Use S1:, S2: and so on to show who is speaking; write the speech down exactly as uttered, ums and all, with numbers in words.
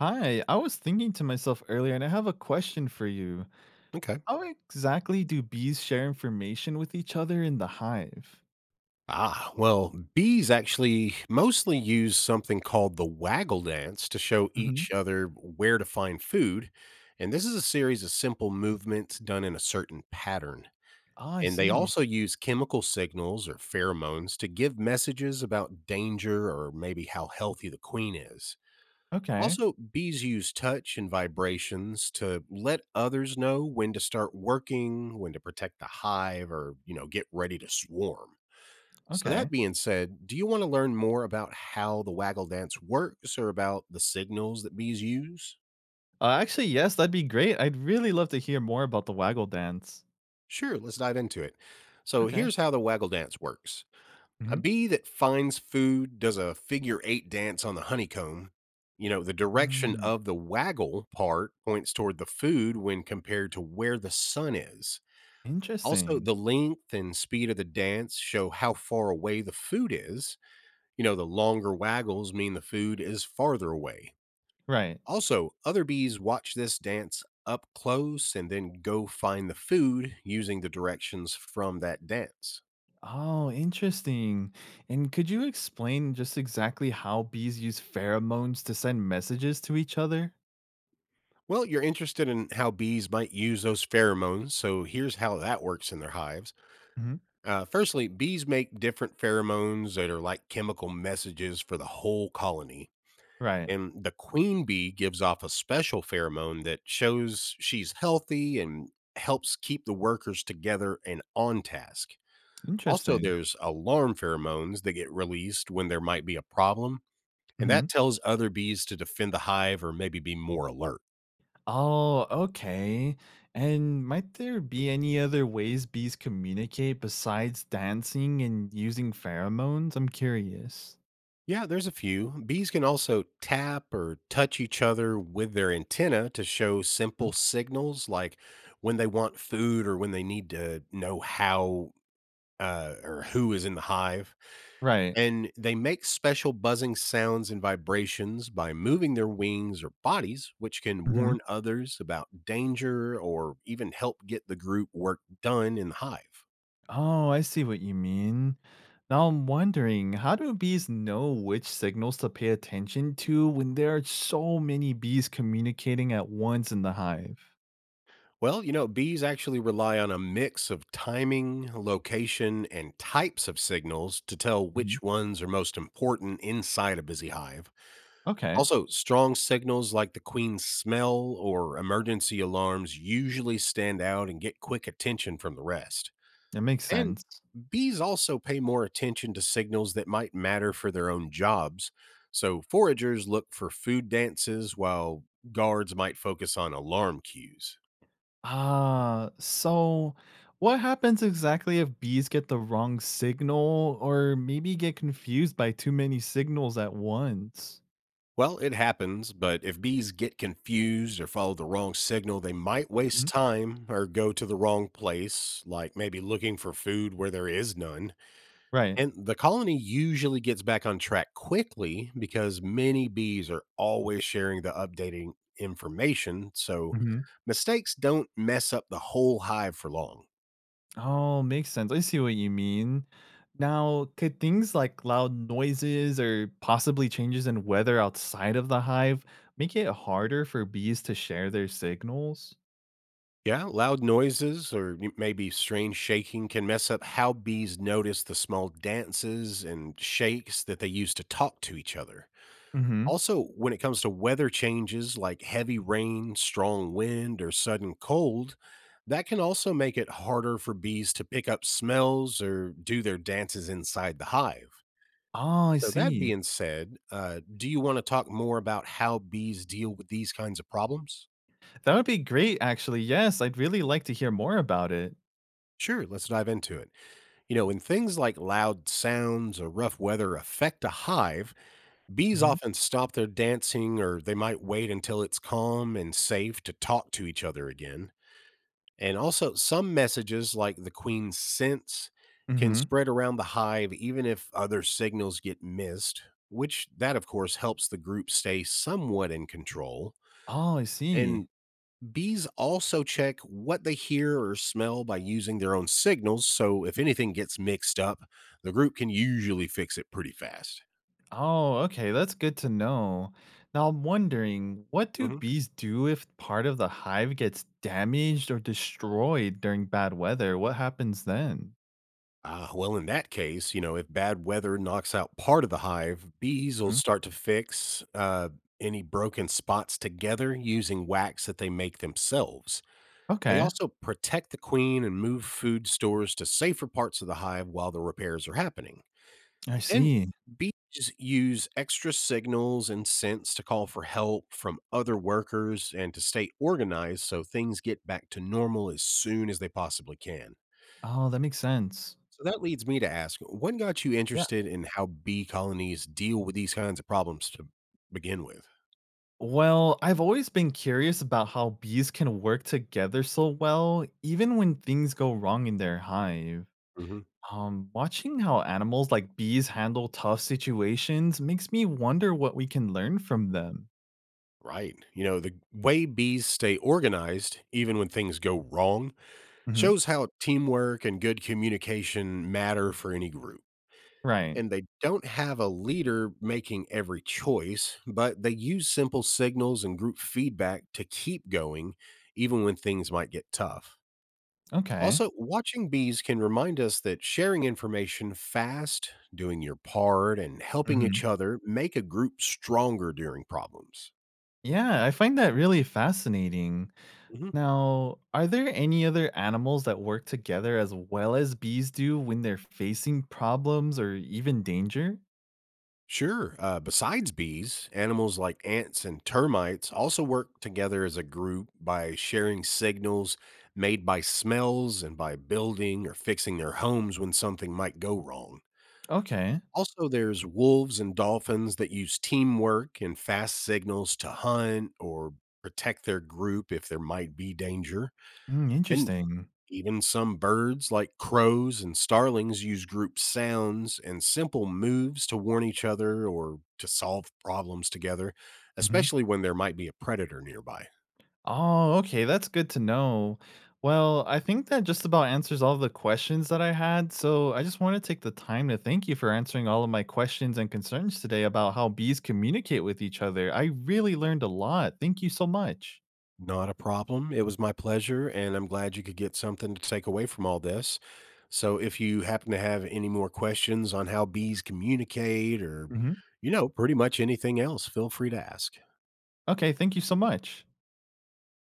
S1: Hi, I was thinking to myself earlier, and I have a question for you.
S2: Okay.
S1: How exactly do bees share information with each other in the hive?
S2: Ah, well, bees actually mostly use something called the waggle dance to show
S1: Hmm.
S2: each other where to find food. And this is a series of simple movements done in a certain pattern.
S1: Ah, I
S2: And they
S1: see.
S2: also use chemical signals or pheromones to give messages about danger or maybe how healthy the queen is.
S1: Okay,
S2: Also, bees use touch and vibrations to let others know when to start working, when to protect the hive, or, you know, get ready to swarm. So that
S1: okay.
S2: being said, do you want to learn more about how the waggle dance works or about the signals that bees use?
S1: Uh, actually, yes, that'd be great. I'd really love to hear more about the waggle dance.
S2: Sure, let's dive into it. So
S1: Okay.
S2: here's how the waggle dance works. A
S1: Hmm.
S2: bee that finds food does a figure eight dance on the honeycomb. You know, the direction
S1: Mm,
S2: of the waggle part points toward the food when compared to where the sun is. Also,
S1: interesting.
S2: the length and speed of the dance show how far away the food is. You know, the longer waggles mean the food is farther away.
S1: Right.
S2: Also, other bees watch this dance up close and then go find the food using the directions from that dance.
S1: Oh, interesting. And could you explain just exactly how bees use pheromones to send messages to each other?
S2: Well, you're interested in how bees might use those pheromones, so here's how that works in their hives.
S1: Hmm.
S2: Uh, firstly, bees make different pheromones that are like chemical messages for the whole colony.
S1: Right.
S2: And the queen bee gives off a special pheromone that shows she's healthy and helps keep the workers together and on task. Also,
S1: Interesting.
S2: there's alarm pheromones that get released when there might be a problem, and that
S1: Mm-hmm.
S2: tells other bees to defend the hive or maybe be more alert.
S1: Oh, okay. And might there be any other ways bees communicate besides dancing and using pheromones? I'm curious.
S2: Yeah, there's a few. Bees can also tap or touch each other with their antenna to show
S1: Hmm?
S2: simple signals like when they want food or when they need to know how uh, or who is in the hive,
S1: Right.
S2: and they make special buzzing sounds and vibrations by moving their wings or bodies, which can
S1: Mhm.
S2: warn others about danger or even help get the group work done in the hive.
S1: Oh, I see what you mean. Now I'm wondering, how do bees know which signals to pay attention to when there are so many bees communicating at once in the hive?
S2: Well, you know, bees actually rely on a mix of timing, location, and types of signals to tell
S1: Mhm.
S2: which ones are most important inside a busy hive.
S1: Okay,
S2: Also, strong signals like the queen's smell or emergency alarms usually stand out and get quick attention from the rest.
S1: that makes
S2: And
S1: sense.
S2: bees also pay more attention to signals that might matter for their own jobs. So, foragers look for food dances while guards might focus on alarm cues.
S1: Ah, so what happens exactly if bees get the wrong signal or maybe get confused by too many signals at once?
S2: Well, it happens, but if bees get confused or follow the wrong signal, they might waste
S1: Mhm.
S2: time or go to the wrong place, like maybe looking for food where there is none.
S1: Right.
S2: And the colony usually gets back on track quickly because many bees are always sharing the updating information. So
S1: Hmm.
S2: mistakes don't mess up the whole hive for long.
S1: Oh, makes sense. I see what you mean. Now, could things like loud noises or possibly changes in weather outside of the hive make it harder for bees to share their signals?
S2: Yeah, loud noises or y- maybe strange shaking can mess up how bees notice the small dances and shakes that they use to talk to each other.
S1: Hmm.
S2: Also, when it comes to weather changes like heavy rain, strong wind, or sudden cold, that can also make it harder for bees to pick up smells or do their dances inside the hive.
S1: Oh, I
S2: So, that
S1: see.
S2: being said, uh, do you want to talk more about how bees deal with these kinds of problems?
S1: That would be great, actually. Yes, I'd really like to hear more about it.
S2: Sure, let's dive into it. You know, when things like loud sounds or rough weather affect a hive, bees
S1: Hmm.
S2: often stop their dancing or they might wait until it's calm and safe to talk to each other again. And also, some messages like the queen's sense can
S1: Hmm.
S2: spread around the hive even if other signals get missed, which that of course helps the group stay somewhat in control.
S1: Oh, I
S2: And
S1: see.
S2: bees also check what they hear or smell by using their own signals, so if anything gets mixed up, the group can usually fix it pretty fast.
S1: Oh, okay. That's good to know. Now I'm wondering, what do
S2: Mm-hmm.
S1: bees do if part of the hive gets damaged or destroyed during bad weather? What happens then?
S2: Ah, well, in that case, you know, if bad weather knocks out part of the hive, bees will
S1: Mhm.
S2: start to fix uh, any broken spots together using wax that they make themselves. They
S1: Okay.
S2: also protect the queen and move food stores to safer parts of the hive while the repairs are happening.
S1: I
S2: And
S1: see.
S2: bees use extra signals and scents to call for help from other workers and to stay organized so things get back to normal as soon as they possibly can.
S1: Oh, that makes sense.
S2: So that leads me to ask, what got you
S1: Yeah.
S2: interested in how bee colonies deal with these kinds of problems to begin with?
S1: Well, I've always been curious about how bees can work together so well, even when things go wrong in their hive.
S2: Hmm.
S1: Um, watching how animals like bees handle tough situations makes me wonder what we can learn from them.
S2: Right. You know, the way bees stay organized, even when things go wrong,
S1: Mhm.
S2: shows how teamwork and good communication matter for any group.
S1: Right.
S2: And they don't have a leader making every choice, but they use simple signals and group feedback to keep going, even when things might get tough.
S1: Okay.
S2: Also, watching bees can remind us that sharing information fast, doing your part, and helping
S1: Mhm.
S2: each other make a group stronger during problems.
S1: Yeah, I find that really fascinating.
S2: Mhm.
S1: Now, are there any other animals that work together as well as bees do when they're facing problems or even danger?
S2: Sure. Uh, besides bees, animals like ants and termites also work together as a group by sharing signals made by smells and by building or fixing their homes when something might go wrong.
S1: Okay.
S2: Also, there's wolves and dolphins that use teamwork and fast signals to hunt or protect their group if there might be danger.
S1: Mm,
S2: And
S1: interesting.
S2: even some birds, like crows and starlings, use group sounds and simple moves to warn each other or to solve problems together, especially when there might be a predator nearby.
S1: Oh, okay, that's good to know. Well, I think that just about answers all the questions that I had. So I just want to take the time to thank you for answering all of my questions and concerns today about how bees communicate with each other. I really learned a lot. Thank you so much.
S2: Not a problem. It was my pleasure, and I'm glad you could get something to take away from all this. So, if you happen to have any more questions on how bees communicate or,
S1: Hmm.
S2: you know, pretty much anything else, feel free to ask.
S1: Okay, thank you so much.